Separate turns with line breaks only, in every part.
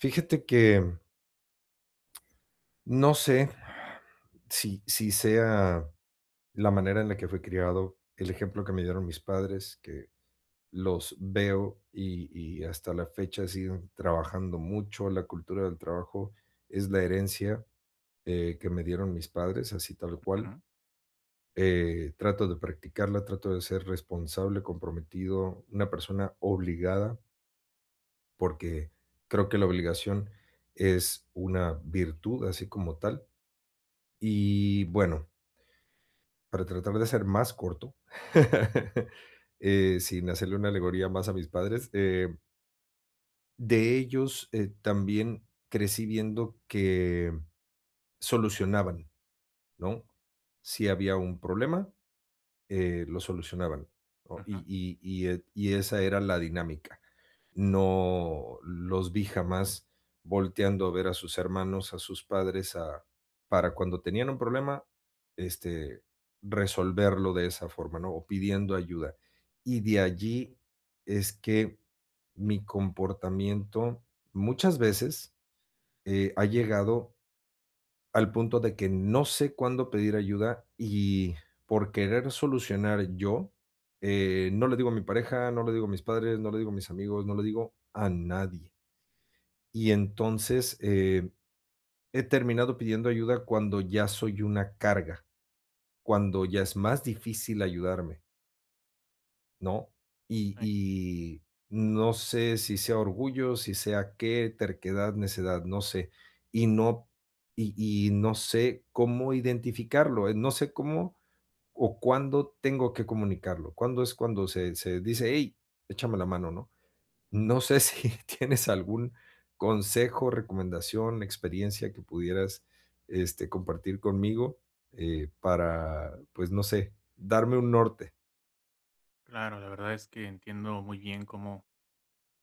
Fíjate que no sé si sea la manera en la que fui criado, el ejemplo que me dieron mis padres, que los veo y hasta la fecha siguen trabajando mucho, la cultura del trabajo es la herencia, que me dieron mis padres, así tal cual.
Ujú,
Trato de practicarla, trato de ser responsable, comprometido, una persona obligada, porque creo que la obligación es una virtud así como tal. Y bueno, para tratar de ser más corto, sin hacerle una alegoría más a mis padres, de ellos, también crecí viendo que solucionaban, ¿no? Si había un problema, lo solucionaban, ¿no? Y,
ujú,
y, y, eh, y esa era la dinámica. No los vi jamás volteando a ver a sus hermanos, a sus padres, a, para cuando tenían un problema, este, resolverlo de esa forma, ¿no? O pidiendo ayuda. Y de allí es que mi comportamiento muchas veces ha llegado al punto de que no sé cuándo pedir ayuda y por querer solucionar yo, no le digo a mi pareja, no le digo a mis padres, no le digo a mis amigos, no le digo a nadie. Y entonces, he terminado pidiendo ayuda cuando ya soy una carga, cuando ya es más difícil ayudarme, ¿no? Y,
sí,
y no sé si sea orgullo, si sea qué, terquedad, necedad, no sé. Y no, y, y no sé cómo identificarlo, no sé cómo o cuándo tengo que comunicarlo. ¿Cuándo es cuando se dice? Hey, échame la mano, ¿no? No sé si tienes algún consejo, recomendación, experiencia que pudieras compartir conmigo para, pues no sé, darme un norte.
claro, la verdad es que entiendo muy bien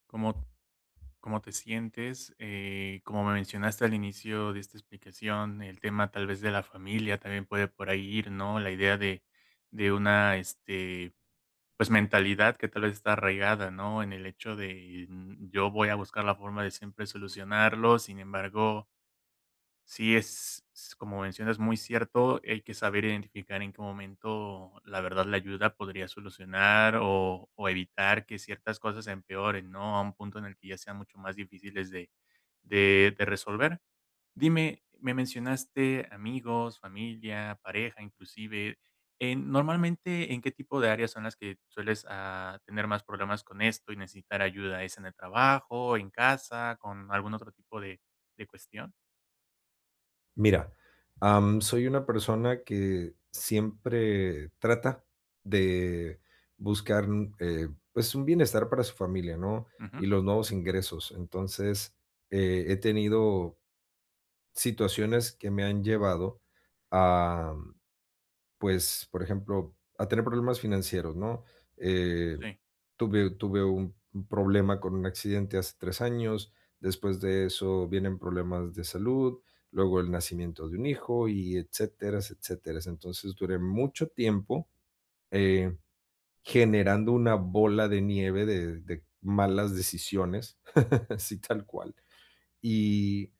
cómo, cómo te sientes. Como me mencionaste al inicio de esta explicación, el tema tal vez de la familia también puede por ahí ir, ¿no? La idea de una pues mentalidad que tal vez está arraigada, ¿no? En el hecho de yo voy a buscar la forma de siempre solucionarlo. Sin embargo, sí, es, s como mencionas, muy cierto. Hay que saber identificar en qué momento, la verdad, la ayuda podría solucionar o evitar que ciertas cosas empeoren, ¿no? A un punto en el que ya sean mucho más difíciles de resolver. Dime, me mencionaste amigos, familia, pareja, inclusive, normalmente, ¿en qué tipo de áreas son las que sueles, tener más problemas con esto y necesitar ayuda? ¿Es en el trabajo, en casa, con algún otro tipo de cuestión?
Mira, soy una persona que siempre trata de buscar, pues, un bienestar para su familia, ¿no?
Ujú,
Y los nuevos ingresos. Entonces, he tenido situaciones que me han llevado a pues, por ejemplo, a tener problemas financieros, ¿no? Eh,
sí.
tuve un problema con un accidente hace 3 años, después de eso vienen problemas de salud, luego el nacimiento de un hijo y etcéteras, etcéteras. Entonces, duré mucho tiempo, eh, generando una bola de nieve de malas decisiones, así tal cual. Y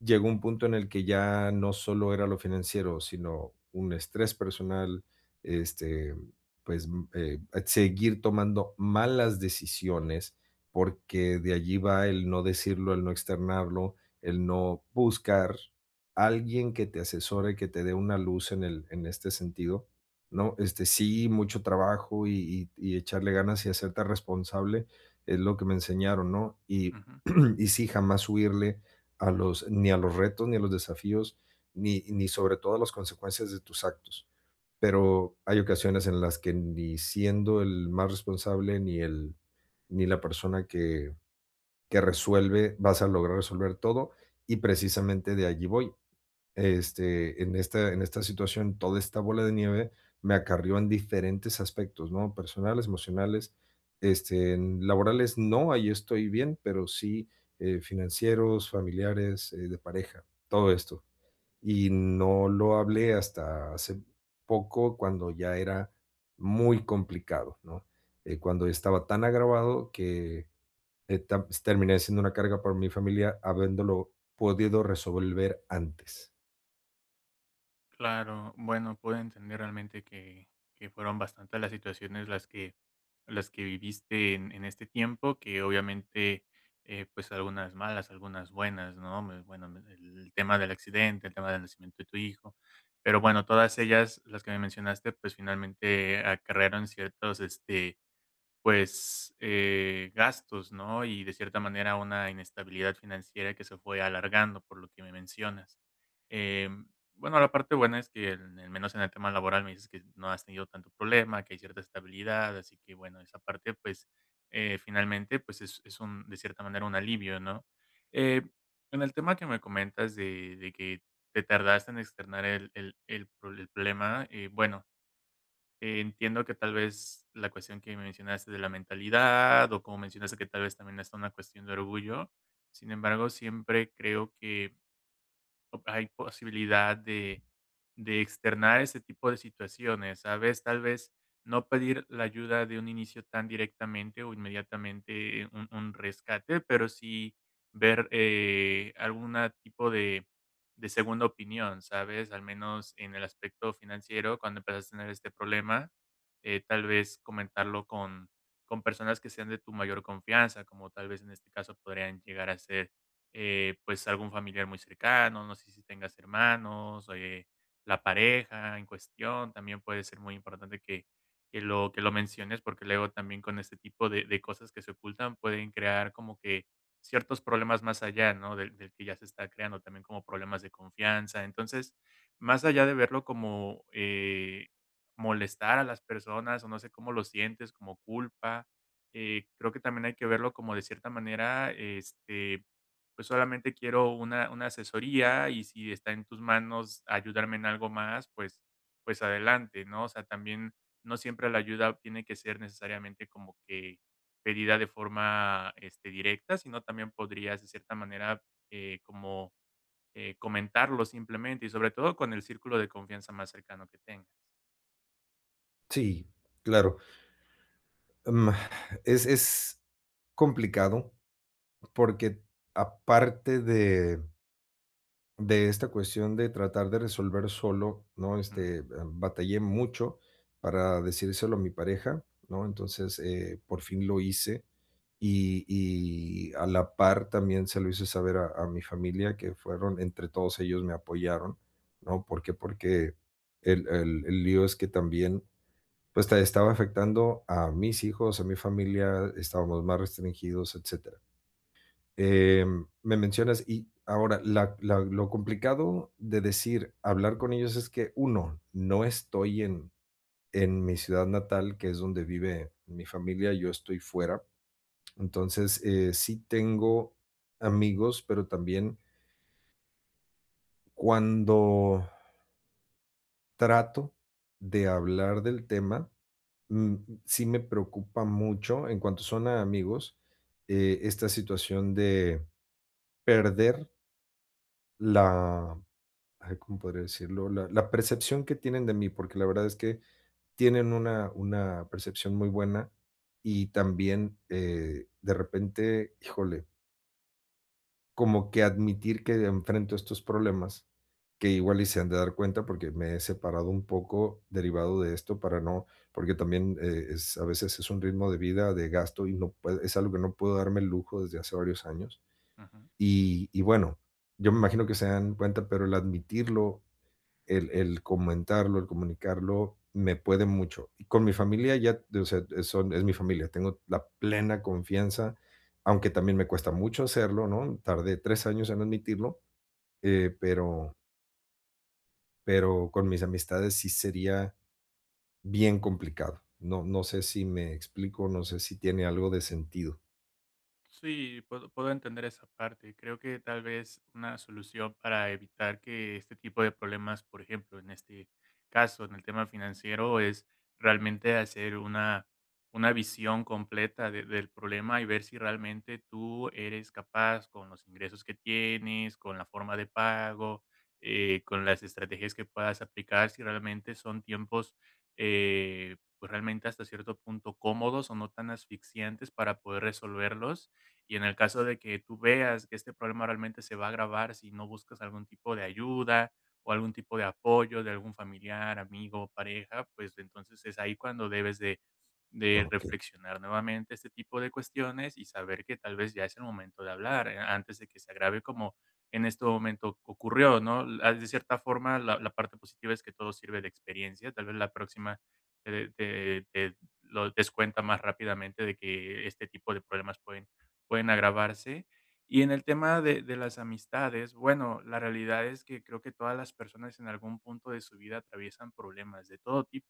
llegó un punto en el que ya no solo era lo financiero, sino un estrés personal, este, pues, seguir tomando malas decisiones, porque de allí va el no decirlo, el no externarlo, el no buscar alguien que te asesore, que te dé una luz en el en este sentido, ¿no? Este, sí, mucho trabajo y echarle ganas y hacerte responsable, es lo que me enseñaron, ¿no? Y
Ujú.
y sí, jamás huirle, a los, ni a los retos, ni a los desafíos, ni sobre todo a las consecuencias de tus actos. Pero hay ocasiones en las que ni siendo el más responsable, ni el, ni la persona que resuelve, vas a lograr resolver todo. Y precisamente de allí voy en esta situación, toda esta bola de nieve me acarrió en diferentes aspectos, ¿no? Personales, emocionales, en laborales no, ahí estoy bien, pero sí financieros, familiares, de pareja, todo esto. Y no lo hablé hasta hace poco, cuando ya era muy complicado, ¿no? Cuando estaba tan agravado que terminé siendo una carga para mi familia, habiéndolo podido resolver antes.
Claro, bueno, puedo entender realmente que fueron bastantes las situaciones las que viviste en este tiempo, que obviamente, pues algunas malas, algunas buenas, ¿no? El tema del accidente, el tema del nacimiento de tu hijo, pero bueno, todas ellas, las que me mencionaste, pues finalmente acarrearon ciertos, pues, gastos, ¿no? Y de cierta manera una inestabilidad financiera que se fue alargando, por lo que me mencionas. Em, bueno, la parte buena es que, en al menos en el tema laboral, me dices que no has tenido tanto problema, que hay cierta estabilidad, así que, bueno, esa parte, pues, finalmente, pues, es un de cierta manera, un alivio, ¿no? Eh, en el tema que me comentas de que te tardaste en externar el problema, bueno, entiendo que tal vez la cuestión que mencionaste de la mentalidad, o como mencionaste, que tal vez también está una cuestión de orgullo. Sin embargo, siempre creo que hay posibilidad de externar ese tipo de situaciones, ¿sabes? Tal vez no pedir la ayuda de un inicio tan directamente o inmediatamente un rescate, pero sí ver algún tipo de segunda opinión, ¿sabes? Al menos en el aspecto financiero, cuando empezaste a tener este problema, tal vez comentarlo con personas que sean de tu mayor confianza, como tal vez en este caso podrían llegar a ser pues algún familiar muy cercano, no sé si tengas hermanos, o la pareja en cuestión, también puede ser muy importante que que lo menciones, porque luego también con este tipo de cosas que se ocultan pueden crear como que ciertos problemas más allá, ¿no?, del que ya se está creando, también como problemas de confianza. Entonces, más allá de verlo como, molestar a las personas, o no sé cómo lo sientes, como culpa, creo que también hay que verlo como de cierta manera, pues solamente quiero una asesoría, y si está en tus manos ayudarme en algo más, pues adelante, ¿no? O sea, también no siempre la ayuda tiene que ser necesariamente como que pedida de forma, este, directa, sino también podrías de cierta manera, eh, como, comentarlo simplemente y sobre todo con el círculo de confianza más cercano que tengas.
Sí, claro. Mm, es complicado porque aparte de esta cuestión de tratar de resolver solo, ¿no?
Ujú.
Batallé mucho para decírselo a mi pareja, ¿no? Entonces, por fin lo hice y a la par también se lo hice saber a mi familia, que fueron entre todos ellos me apoyaron, ¿no? ¿Por qué? Porque el lío es que también pues te estaba afectando a mis hijos, a mi familia, estábamos más restringidos, etcétera. Em, me mencionas y ahora la la lo complicado de decir, hablar con ellos es que, uno no estoy en mi ciudad natal, que es donde vive mi familia, yo estoy fuera.
Okey.
Entonces, sí tengo amigos, pero también cuando trato de hablar del tema, mm, sí me preocupa mucho en cuanto son a amigos, esta situación de perder la, ay, ¿cómo podría decirlo? La percepción que tienen de mí, porque la verdad es que tienen una percepción muy buena y también de repente, híjole, como que admitir que enfrento estos problemas, que igual y se han de dar cuenta porque me he separado un poco derivado de esto para no, porque también es, a veces es un ritmo de vida, de gasto y no puede- es algo que no puedo darme el lujo desde hace varios años.
Ujú.
Y bueno, yo me imagino que se dan cuenta, pero el admitirlo el comentarlo, el comunicarlo, me puede mucho. Y con mi familia ya, o sea, son, es mi familia, tengo la plena confianza, aunque también me cuesta mucho hacerlo, ¿no? Tardé 3 años en admitirlo, eh, pero, pero con mis amistades sí sería bien complicado. No, no sé si me explico, no sé si tiene algo de sentido.
Sí, puedo, puedo entender esa parte. Creo que tal vez una solución para evitar que este tipo de problemas, por ejemplo, en este caso, en el tema financiero, es realmente hacer una visión completa del problema y ver si realmente tú eres capaz con los ingresos que tienes, con la forma de pago, con las estrategias que puedas aplicar, si realmente son tiempos pues realmente hasta cierto punto cómodos o no tan asfixiantes para poder resolverlos, y en el caso de que tú veas que este problema realmente se va a agravar si no buscas algún tipo de ayuda o algún tipo de apoyo de algún familiar, amigo, pareja, pues entonces es ahí cuando debes
Ah,
de
Ok,
reflexionar nuevamente este tipo de cuestiones y saber que tal vez ya es el momento de hablar, antes de que se agrave como en este momento ocurrió, ¿no? De cierta forma, la parte positiva es que todo sirve de experiencia. Tal vez la próxima te lo descuenta más rápidamente de que este tipo de problemas pueden agravarse. Y en el tema de las amistades, bueno, la realidad es que creo que todas las personas en algún punto de su vida atraviesan problemas de todo tipo.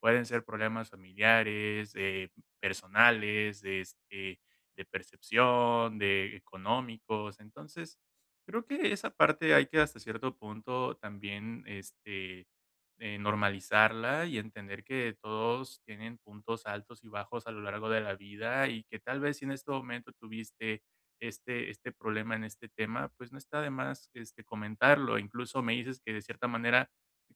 Pueden ser problemas familiares, personales, de, de percepción, de económicos. Entonces, creo que esa parte hay que hasta cierto punto también, normalizarla y entender que todos tienen puntos altos y bajos a lo largo de la vida, y que tal vez si en este momento tuviste este problema en este tema, pues no está de más, comentarlo. Incluso me dices que de cierta manera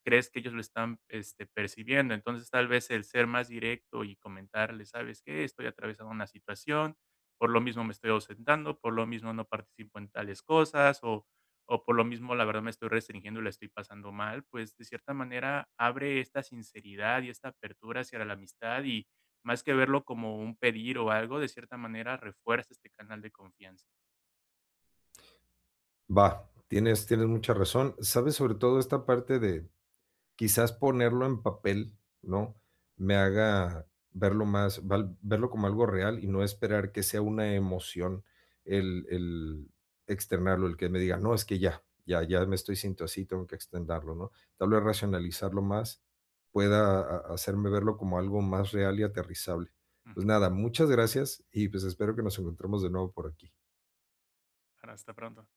crees que ellos lo están, percibiendo. Entonces tal vez el ser más directo y comentarle, ¿sabes qué? Estoy atravesando una situación, por lo mismo me estoy ausentando, por lo mismo no participo en tales cosas, o por lo mismo, la verdad, me estoy restringiendo y la estoy pasando mal. Pues, de cierta manera abre esta sinceridad y esta apertura hacia la amistad, y más que verlo como un pedir o algo, de cierta manera refuerza este canal de confianza.
va, tienes, tienes mucha razón. Sabes sobre todo esta parte de, quizás ponerlo en papel, ¿no? Me haga verlo más, val- verlo como algo real y no esperar que sea una emoción el externarlo, el que me diga, no, es que ya, ya, ya me estoy sintiendo así, tengo que extenderlo, ¿no? Tal vez racionalizarlo más pueda hacerme verlo como algo más real y aterrizable. Pues
Ujú.
nada, muchas gracias y pues espero que nos encontremos de nuevo por aquí.
Ahora, hasta pronto.